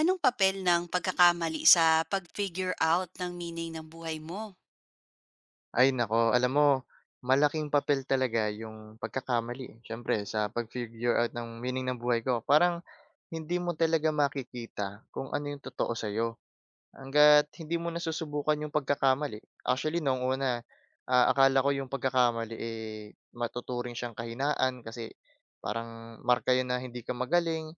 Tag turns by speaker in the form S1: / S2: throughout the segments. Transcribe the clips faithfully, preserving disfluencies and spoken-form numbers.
S1: Anong papel ng pagkakamali sa pag-figure out ng meaning ng buhay mo?
S2: Ay nako, alam mo malaking papel talaga yung pagkakamali, eh. Siyempre sa pag-figure out ng meaning ng buhay ko. Parang hindi mo talaga makikita kung ano yung totoo sa'yo hangga't hindi mo nasusubukan yung pagkakamali. Actually noong una, ah, akala ko yung pagkakamali, eh, matuturing siyang kahinaan kasi parang marka yun na hindi ka magaling,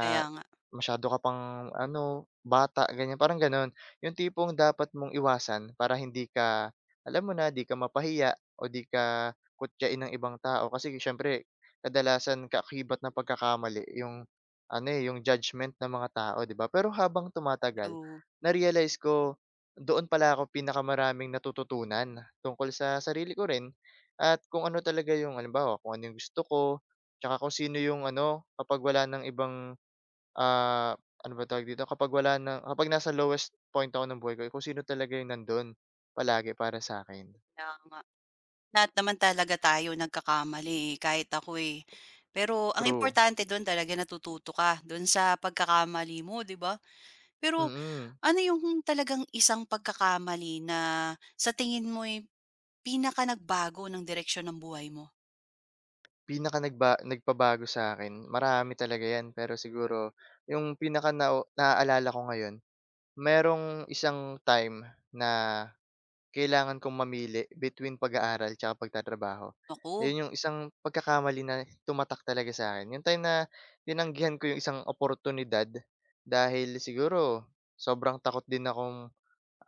S1: Kaya nga,
S2: masyado ka pang ano, bata ganyan, parang gano'n. Yung tipong dapat mong iwasan para hindi ka, alam mo na, 'di ka mapahiya o 'di ka kutyain ng ibang tao kasi siyempre kadalasan kaakibat ng pagkakamali yung ano, eh, yung judgment ng mga tao, 'di ba? Pero habang tumatagal
S1: true.
S2: na-realize ko, doon pala ako pinakamaraming natututunan tungkol sa sarili ko rin at kung ano talaga yung halimbawa, kung ano yung gusto ko, tsaka kung sino yung ano, kapag wala ng ibang, ah, ano ba tawag dito, kapag wala ng, kapag nasa lowest point ako ng buhay ko, eh, kung sino talaga yung nandun palagi para sa akin.
S1: Kaya nga. Lahat naman talaga tayo nagkakamali eh, kahit ako eh. Pero ang
S2: True.
S1: importante do'n talaga natututo ka do'n sa pagkakamali mo, 'di ba? Pero
S2: Mm.
S1: ano yung talagang isang pagkakamali na sa tingin mo eh, pinaka nagbago ng direksyon ng buhay mo?
S2: Pinaka nagba nagpabago sa akin, marami talaga 'yan, pero siguro yung pinaka na naaalala ko ngayon, merong isang time na kailangan kong mamili between pag-aaral tsaka pagtatrabaho.
S1: Naku,
S2: Ayun yung isang pagkakamali na tumatak talaga sa sa'kin, yung time na tinanggihan ko yung isang oportunidad dahil siguro sobrang takot din akong,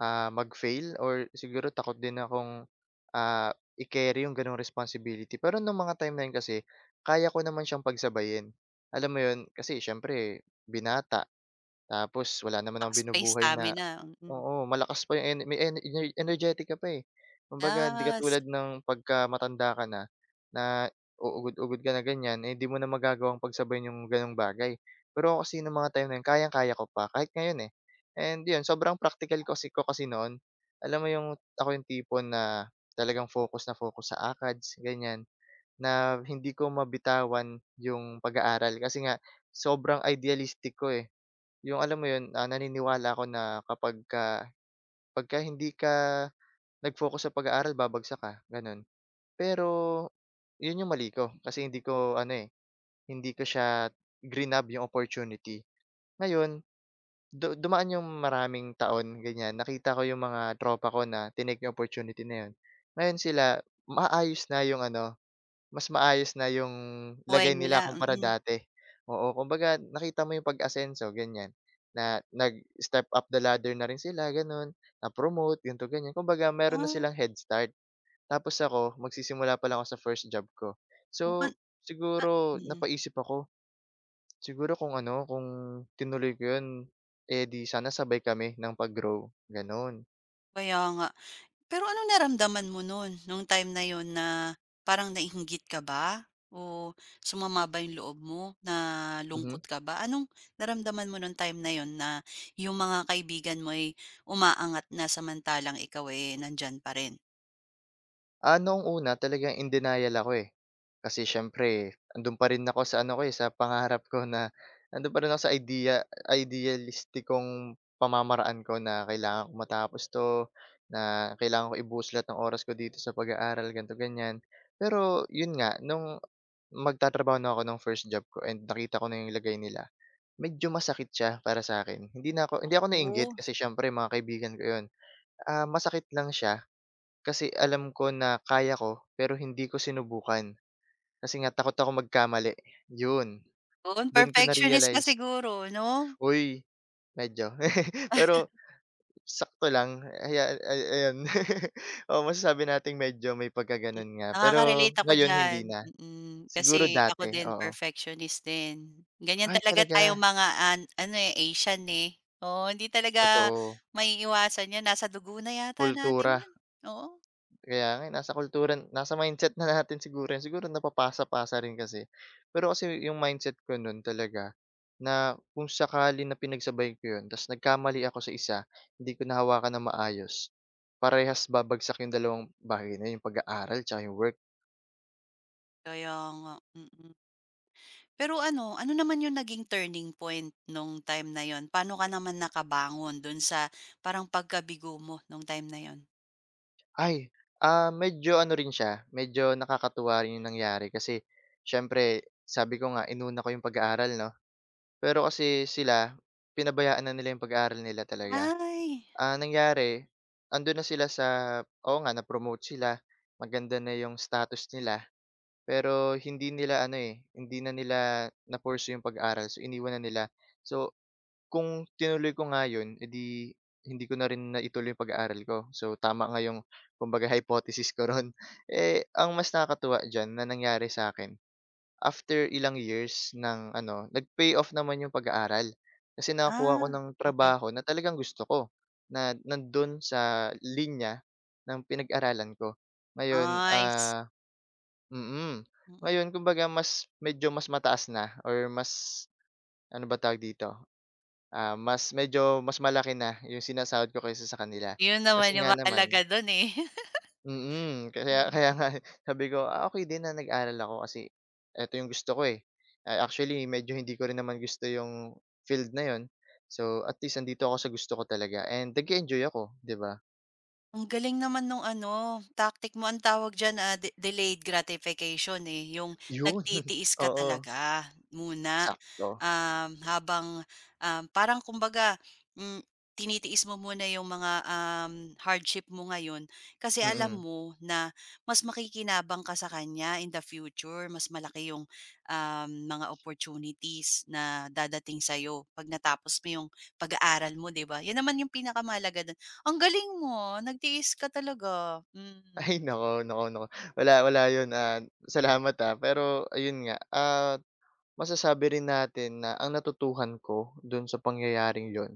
S2: ah, mag-fail or siguro takot din akong, ah, i-carry yung gano'ng responsibility. Pero nung mga time na yun kasi kaya ko naman siyang pagsabayin, alam mo yun? Kasi siyempre binata tapos wala naman akong
S1: lakas pa yung
S2: binubuhay na.
S1: stamina, mm.
S2: Oo, malakas pa yung ene may ene ener energetic ka pa, eh. Kumbaga hindi
S1: Yes,
S2: katulad ng pagkamatanda ka na, na uugod-ugod ka na ganyan, eh, di mo na magagawang pagsabayan yung gano'ng bagay. Pero ako kasi nung mga time na yun kayang-kaya ko pa kahit ngayon, eh. And yun sobrang praktikal kasi ko kasi noon. Alam mo yung ako yung tipo na talagang focus na focus sa ACADS ganyan, na hindi ko mabitawan yung pag-aaral kasi nga sobrang idealistic ko, eh. Yung alam mo yun, ah, naniniwala ako na kapagka pagka hindi ka nag-focus sa pag-aaral babagsak ka, gano'n. Pero, 'yun yung mali ko kasi hindi ko ano, eh, hindi ko siya grinab yung opportunity. Ngayon, du dumaan yung maraming taon ganiyan, nakita ko yung mga tropa ko na tinake yung opportunity na 'yun. Ngayon sila maayos na yung ano, mas maayos na yung
S1: buhay
S2: lagay
S1: nila,
S2: nila kumpara
S1: mm.
S2: dati. Oo, kumbaga nakita mo yung pag-asenso ganyan, na nag-step up the ladder na rin sila gano'n, na-promote ganito ganyan. Kumbaga meron na
S1: Ah,
S2: silang head start. Tapos ako magsisimula pa lang ako sa first job ko.
S1: oo an
S2: So,
S1: a
S2: siguro
S1: mm.
S2: napaisip ako, siguro kung ano, kung tinuloy ko yun, eh, di sana sabay kami ng pag-grow, gano'n.
S1: Kaya nga. Pero ano naramdaman mo nun, nung time na yon na parang nainggit ka ba? O sumama ba yung loob mo?
S2: Mhm.
S1: Nalungkot ka ba? Anong naramdaman mo nung time na yon na yung mga kaibigan mo ay umaangat na samantalang ikaw eh nandyan pa rin?
S2: Ah, noong una talagang in denial ako, eh. Kasi siyempre andun pa rin ako sa ano ko, eh, sa pangarap ko na andun pa rin ako sa idea idealistikong pamamaraan ko na kailangan ko matapos 'to, na kailangan ko ibuslat ang oras ko dito sa pag-aaral, ganto ganyan. Pero yun nga, nung magtatrabaho na ako ng first job ko and nakita ko na yung lagay nila, medyo masakit siya para sa akin. Hindi na ako hindi ako nainggit
S1: Oh.
S2: kasi siyempre mga kaibigan ko yun. Ah, masakit lang siya kasi alam ko na kaya ko, pero hindi ko sinubukan. Kasi nga takot akong magkamali, yun.
S1: Yun,
S2: Dun ko
S1: perfectionist ka
S2: na-realize,
S1: siguro, 'no?
S2: uy, medyo. Pero sakto lang, aya ay ayan. Oo, masasabi nating medyo may pagkagano'n nga, pero
S1: Nakaka-relate ako
S2: ngayon
S1: diyan,
S2: hindi na.
S1: mm.
S2: Siguro
S1: Kasi ako
S2: dati,
S1: din
S2: oo.
S1: perfectionist din. Ganyan
S2: Ay
S1: talaga
S2: talaga,
S1: tayong mga an ano, eh, Asian, eh. Oo, hindi talaga
S2: totoo,
S1: maiiwasan 'yan, nasa dugo na yata natin
S2: kultura.
S1: 'yan, oo.
S2: Kaya nga, eh, nasa kultura nasa mindset na natin siguro yun, siguro napapasa-pasa rin kasi. Pero kasi yung mindset ko nun talaga na kung sakali na pinagsabay ko yun ta's nagkamali ako sa isa, hindi ko nahawakan na maayos, parehas babagsak yung dalawang bagay na yun, yung pag-aaral tsaka yung work.
S1: Kaya nga, mm. Pero ano, ano naman yung naging turning point nung time na yon? Paano ka naman nakabangon dun sa parang pagkabigo mo nung time na yon?
S2: Ay, ah, medyo ano rin siya, medyo nakakatuwa rin yung nangyari kasi siyempre sabi ko nga inuna ko yung pag-aaral 'no, pero kasi sila pinabayaan na nila yung pag-aaral nila talaga.
S1: Ay,
S2: Ah, nangyari, andun na sila sa oo nga na-promote sila, maganda na yung status nila, pero hindi nila ano, eh, hindi na nila na-pursue yung pag-aaral so iniwan na nila. So, kung tinuloy ko nga yun, eh, hindi ko na rin naituloy yung pag-aaral ko. So, tama nga yung kumbaga hypothesis ko ron. Eh, ang mas nakakatuwa diyan na nangyari sa akin after ilang years ng ano, nag-pay off naman yung pag-aaral. Kasi nakakuha
S1: ah,
S2: ko ng
S1: okay.
S2: trabaho na talagang gusto ko, na nandun sa linya ng pinag-aralan ko. Ngayon,
S1: Nice,
S2: ah, mm.
S1: mm.
S2: Ngayon kumbaga mas medyo mas mataas na or mas ano ba tawag dito, ah, mas medyo mas malaki na yung sinasahod ko kaysa sa kanila.
S1: Yun naman
S2: Kasi
S1: yung
S2: nga naman
S1: mahalaga dun, eh.
S2: mm, kaya kaya nga, eh, sabi ko, ah, okey din na nag-aral ako kasi eto yung gusto ko, eh. Ah, actually medyo hindi ko rin naman gusto yung field na yun. So, at least nandito ako sa gusto ko talaga and nag-e-enjoy ako, 'di ba?
S1: Ang galing naman nung ano, tactic mo ang tawag diyan, ah, de delayed gratification, eh, yung
S2: Yun,
S1: nagtitiis ka
S2: oo,
S1: talaga muna,
S2: sakto,
S1: um, habang, um, parang kumbaga, hmm, tinitiis mo muna yung mga, um, hardship mo ngayon kasi alam
S2: mm.
S1: mo na mas makikinabang ka sa kanya in the future, mas malaki yung, um, mga opportunities na dadating sa'yo 'pag natapos mo yung pag-aaral mo, 'di ba? Yun naman yung pinakamahalaga. Ang galing mo, nagtiis ka talaga. Mm,
S2: Ay naku, naku, naku, wala wala yun, ah, salamat, ah, pero ayun nga, ah, masasabi rin natin na ang natutuhan ko dun sa pangyayaring yun,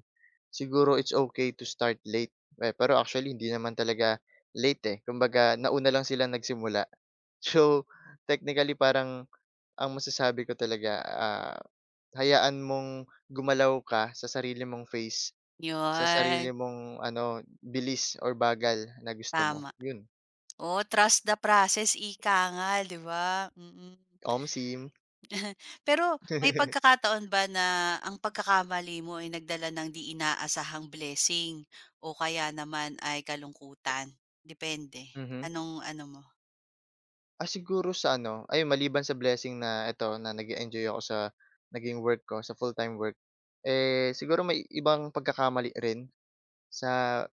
S2: siguro it's okay to start late. Eh, pero actually hindi naman talaga late, eh, kumbaga nauna lang sila nagsimula. So, technically parang ang masasabi ko talaga, ah, hayaan mong gumalaw ka sa sarili mong pace, sa
S1: 'yun,
S2: sarili mong ano, bilis or bagal na gusto mo,
S1: tama.
S2: yun.
S1: Oo, trust the process ika nga, 'di ba? Mm.
S2: Omsim.
S1: Pero may pagkakataon ba na ang pagkakamali mo ay nagdala ng di inaasahang blessing o kaya naman ay kalungkutan? Depende,
S2: Mhm.
S1: anong ano mo?
S2: Ah, siguro sa ano, ayun maliban sa blessing na eto na nag enjoy ako sa naging work ko, sa full-time work. Eh, siguro may ibang pagkakamali rin sa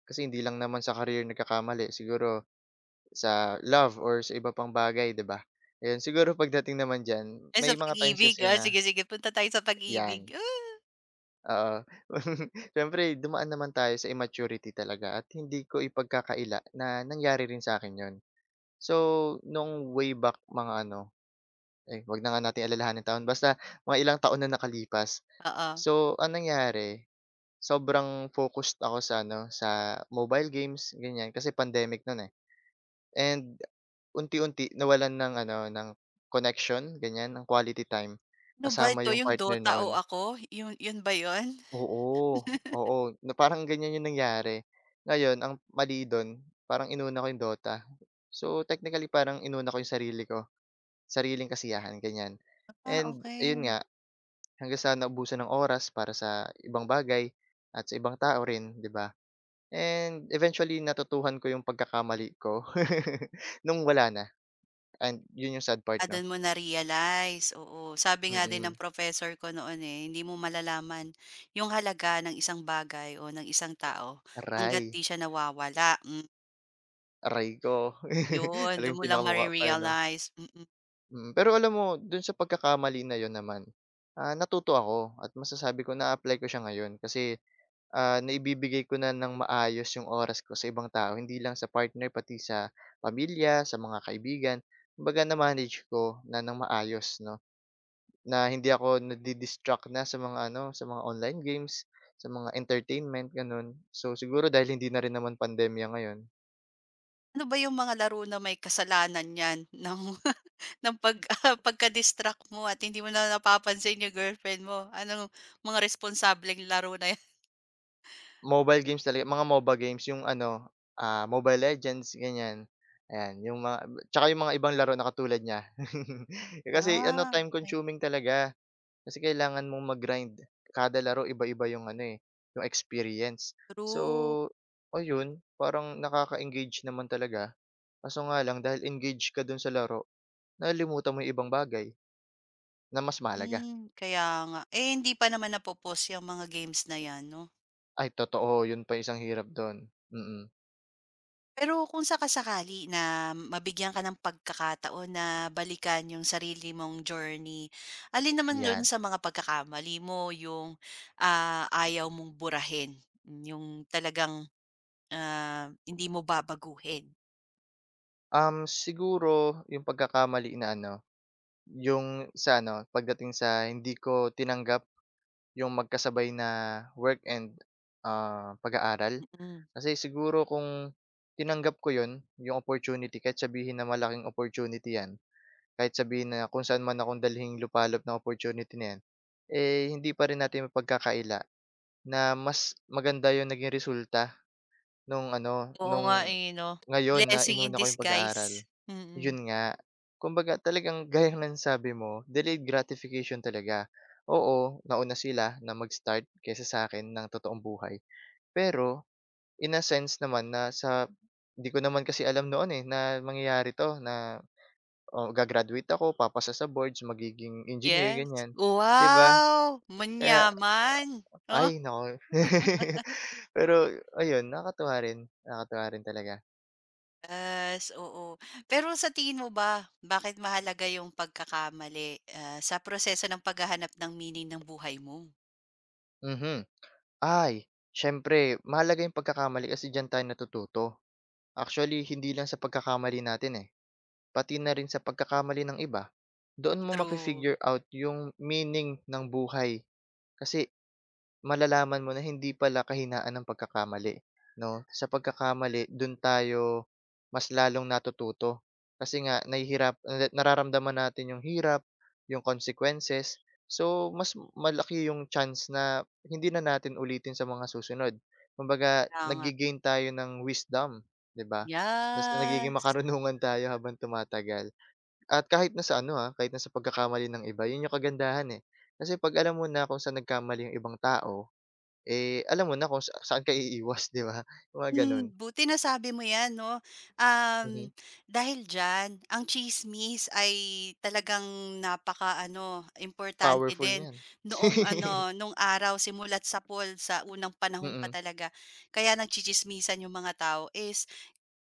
S2: kasi hindi lang naman sa career nagkakamali, siguro sa love or sa iba pang bagay, 'di ba? Ayun, siguro pagdating naman diyan,
S1: Ay,
S2: may
S1: sa
S2: mga times
S1: pag-ibig,
S2: kasi
S1: ah,
S2: na
S1: sige, sige punta tayo sa pag-ibig.
S2: 'yan,
S1: Ah,
S2: oo. Siyempre dumaan naman tayo sa immaturity talaga at hindi ko ipagkakaila na nangyari rin sa akin yon. So, nung way back mga ano, ay, 'wag na nga nating alalahanin taon, basta mga ilang taon na nakalipas.
S1: oo.
S2: So, anong nangyari, sobrang focused ako sa ano, sa mobile games, ganyan, kasi pandemic nun, eh. And unti-unti nawalan ng ano, ng connection, ganyan, ng quality time
S1: Ano ba
S2: kasama
S1: ito,
S2: yung
S1: yung
S2: partner
S1: Dota o
S2: noon.
S1: Ako, yun yun ba yun?
S2: Oo, oo, na parang ganyan yung nangyari. Ngayon ang mali dun, parang inuna ko yung Dota. So, technically parang inuna ko yung sarili ko, sariling kasiyahan, ganyan.
S1: Ah,
S2: And ayun
S1: okay.
S2: nga hanggang sa naubusan ng oras para sa ibang bagay at sa ibang tao rin, 'di ba? And eventually natutuhan ko yung pagkakamali ko nung wala na and yun yung sad part
S1: Ah, dun
S2: 'no.
S1: mo na-realize, oo. Sabi nga din ng
S2: Mm,
S1: professor ko noon, eh, hindi mo malalaman yung halaga ng isang bagay o ng isang tao hangga't 'di
S2: aray,
S1: siya nawawala, hmm,
S2: aray ko.
S1: yun dun
S2: Talagang
S1: mo lang
S2: pinakamukha pa, eh, 'no?
S1: mare-realize, mm.
S2: Mm, pero alam mo dun sa pagkakamali na yon naman, ah, natuto ako at masasabi ko na-apply ko siya ngayon kasi Ah, naibibigay ko na ng maayos yung oras ko sa ibang tao, hindi lang sa partner pati sa pamilya, sa mga kaibigan. Kumbaga na-manage ko na ng maayos 'no, na hindi ako nadi-distract na sa mga ano, sa mga online games, sa mga entertainment gano'n. So, siguro dahil hindi na rin naman pandemya ngayon,
S1: Ano ba yung mga laro na may kasalanan niyan ng ng pag pagka-distract mo at hindi mo na napapansin yung girlfriend mo, anong mga responsableng laro na yan.
S2: mobile games talaga mga MOBA games yung ano, ah, Mobile Legends ganyan, ayan yung mga tsaka yung mga ibang laro na katulad niya. Kasi ano,
S1: Ah,
S2: time
S1: okey.
S2: consuming talaga. Kasi kailangan mong mag-grind. Kada laro iba-iba yung ano, eh, yung experience. So,
S1: True,
S2: ayun, parang nakaka-engage naman talaga. Kaso nga lang dahil engage ka dun sa laro, nalimutan mo yung ibang bagay na mas mahalaga.
S1: hmm, kaya nga. Eh, hindi pa naman napopos yang mga games na yan 'no?
S2: Ay totoo, yun pa isang hirap dun, mm,
S1: Pero kung saka-sakali na mabigyan ka ng pagkakataon na balikan yung sarili mong journey, alin naman dun
S2: 'yan.
S1: sa mga pagkakamali mo yung, ah, ayaw mong burahin? Yung talagang, ah, hindi mo babaguhin?
S2: Um, siguro yung pagkakamali na ano, yung sa ano, pagdating sa hindi ko tinanggap yung magkasabay na work and, ah, pag-aaral.
S1: Mm.
S2: Kasi siguro kung tinanggap ko 'yun, yung opportunity kahit sabihin na malaking opportunity 'yan, kahit sabihin na kung saan man akong dalhin lupalop na opportunity na 'yan, eh, hindi pa rin natin mapagkakaila na mas maganda yung naging resulta nung ano,
S1: Oo nga,
S2: nung
S1: eh, 'no?
S2: ngayon na
S1: Blessing in
S2: inuna ko yung
S1: disguise.
S2: pag-aaral.
S1: Mm.
S2: 'Yun nga, kumbaga talagang gaya ng sabi mo, delayed gratification talaga. Oo, nauna sila na mag-start kaysa sa akin ng totoong buhay, pero in a sense naman na sa 'di ko naman kasi alam noon, eh, na mangyayari 'to na, oh, ga-graduate ako, papasa sa boards, magiging engineer,
S1: Yes.
S2: ganyan, 'di ba?
S1: Wow!
S2: Kaya
S1: Manyaman.
S2: ay
S1: Oh.
S2: naku. Pero ayun, nakakatuwa rin, nakakatuwa rin talaga.
S1: Yes, oo. Pero sa tingin mo ba, bakit mahalaga yung pagkakamali, ah, sa proseso ng paghahanap ng meaning ng buhay mo?
S2: Mhm. Ay, siyempre mahalaga yung pagkakamali kasi diyan tayo natututo. Actually, hindi lang sa pagkakamali natin, eh, pati na rin sa pagkakamali ng iba. Doon mo
S1: True,
S2: mafi-figure out yung meaning ng buhay kasi malalaman mo na hindi pala kahinaan ang pagkakamali, 'no? Sa pagkakamali dun tayo mas lalong natututo kasi nga nahihirap na nararamdaman natin yung hirap, yung consequences. So, mas malaki yung chance na hindi na natin ulitin sa mga susunod. Kumbaga
S1: kaya nga.
S2: nagge-gain tayo ng wisdom, 'di ba? Mas nagiging
S1: Yes.
S2: makarunungan tayo habang tumatagal at kahit na sa ano, ah, kahit na sa pagkakamali ng iba. Yun yung kagandahan, eh. Kasi 'pag alam mo na kung saan nagkamali yung ibang tao eh, alam mo na kung sa saan ka iiwas, 'di ba? Yung mga
S1: Hmm,
S2: gano'n.
S1: buti na sabi mo 'yan 'no. Um,
S2: Mhm,
S1: Dahil diyan, ang tsismis ay talagang napaka ano importante
S2: powerful
S1: din
S2: niyan.
S1: noong ano, nung araw simula't sapol sa unang panahon pa
S2: Mm,
S1: talaga. Kaya nagtsi-tsismisan yung mga tao is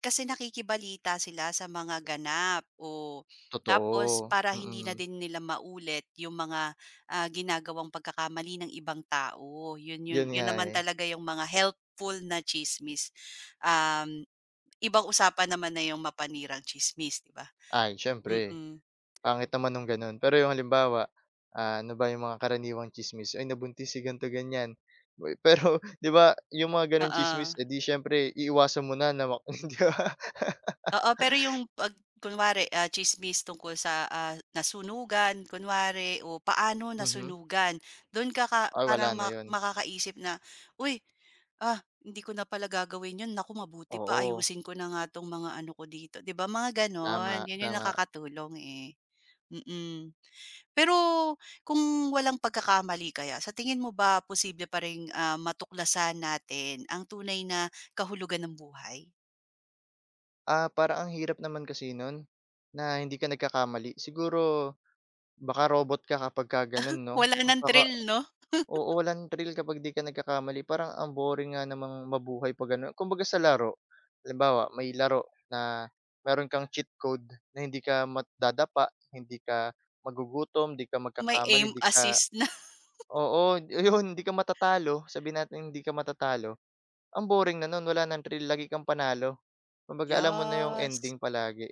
S1: kasi nakikibalita sila sa mga ganap o tapos
S2: totoo,
S1: para hindi na
S2: mm.
S1: din nila maulit yung mga, ah, ginagawang pagkakamali ng ibang tao. Yun yun
S2: 'Yun
S1: yun
S2: nga,
S1: naman
S2: eh.
S1: talaga yung mga helpful na tsismis. Um, Ibang usapan naman na yung mapanirang tsismis, 'di ba?
S2: Ay, siyempre
S1: Mm,
S2: pangit naman nung gano'n. Pero yung halimbawa, ah, ano ba yung mga karaniwang chismis? "Ay, nabuntis si ganito, ganyan." Uy, pero 'di ba yung mga gano'ng
S1: oo.
S2: chismis? Eh, di siyempre iiwasan mo na na mak 'di ba?
S1: Oo, pero yung 'pag kunwari, ah, tsismis tungkol sa, ah, nasunugan kunwari o paano
S2: Mhm.
S1: nasunugan, dun ka ka
S2: Ay, wala
S1: parang ma
S2: na 'yun.
S1: makakaisip na, "Uy, ah, hindi ko na pala gagawin yun. Naku, mabuti pa
S2: Oo,
S1: ayusin ko na nga 'tong mga ano ko dito, 'di ba?" Mga gano'n.
S2: tama,
S1: Yun yung
S2: tama.
S1: nakakatulong, eh, mm. Pero kung walang pagkakamali kaya, sa tingin mo ba posible pa ring, ah, matuklasan natin ang tunay na kahulugan ng buhay?
S2: Ah, para ang hirap naman kasi nun na hindi ka nagkakamali. Siguro baka robot ka kapagka gano'n 'no?
S1: Wala ng
S2: Baka
S1: thrill 'no,
S2: Oo, walang thrill kapag 'di ka nagkakamali. Parang ang boring nga namang mabuhay 'pag gano'n. Kumbaga sa laro, halimbawa may laro na meron kang cheat code na hindi ka madadapa, hindi ka magugutom, 'di ka
S1: may
S2: magkakamali,
S1: aim
S2: 'di ka
S1: assist na.
S2: oo, yun hindi ka matatalo. Sabi natin hindi ka matatalo. Ang boring na no'n, wala nang thrill, lagi kang panalo. Kumbaga alam mo na yung
S1: Yes,
S2: ending palagi.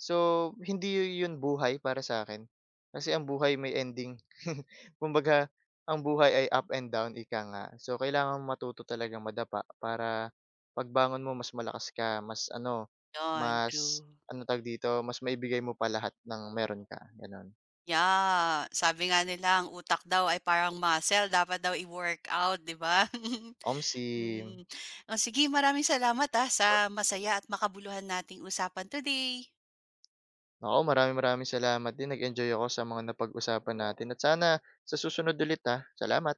S2: So, hindi yun buhay para sa akin kasi ang buhay may ending. Kumbaga, ang buhay ay up and down, ika nga. So, kailangan mong matuto talaga madapa para pagbangon mo mas malakas ka, mas ano,
S1: yun,
S2: mas
S1: true.
S2: ano tawag dito, mas maibigay mo pa lahat ng meron ka, gano'n.
S1: Yeah, sabi nga nila ang utak daw ay parang muscle, dapat daw i-workout, 'di ba?
S2: Omsim.
S1: Mm. O sige, maraming salamat, ah, sa masaya at makabuluhan nating usapan today.
S2: Oo, maraming-maraming salamat din. Nag-enjoy ako sa mga napag-usapan natin at sana sa susunod ulit, ah. Salamat.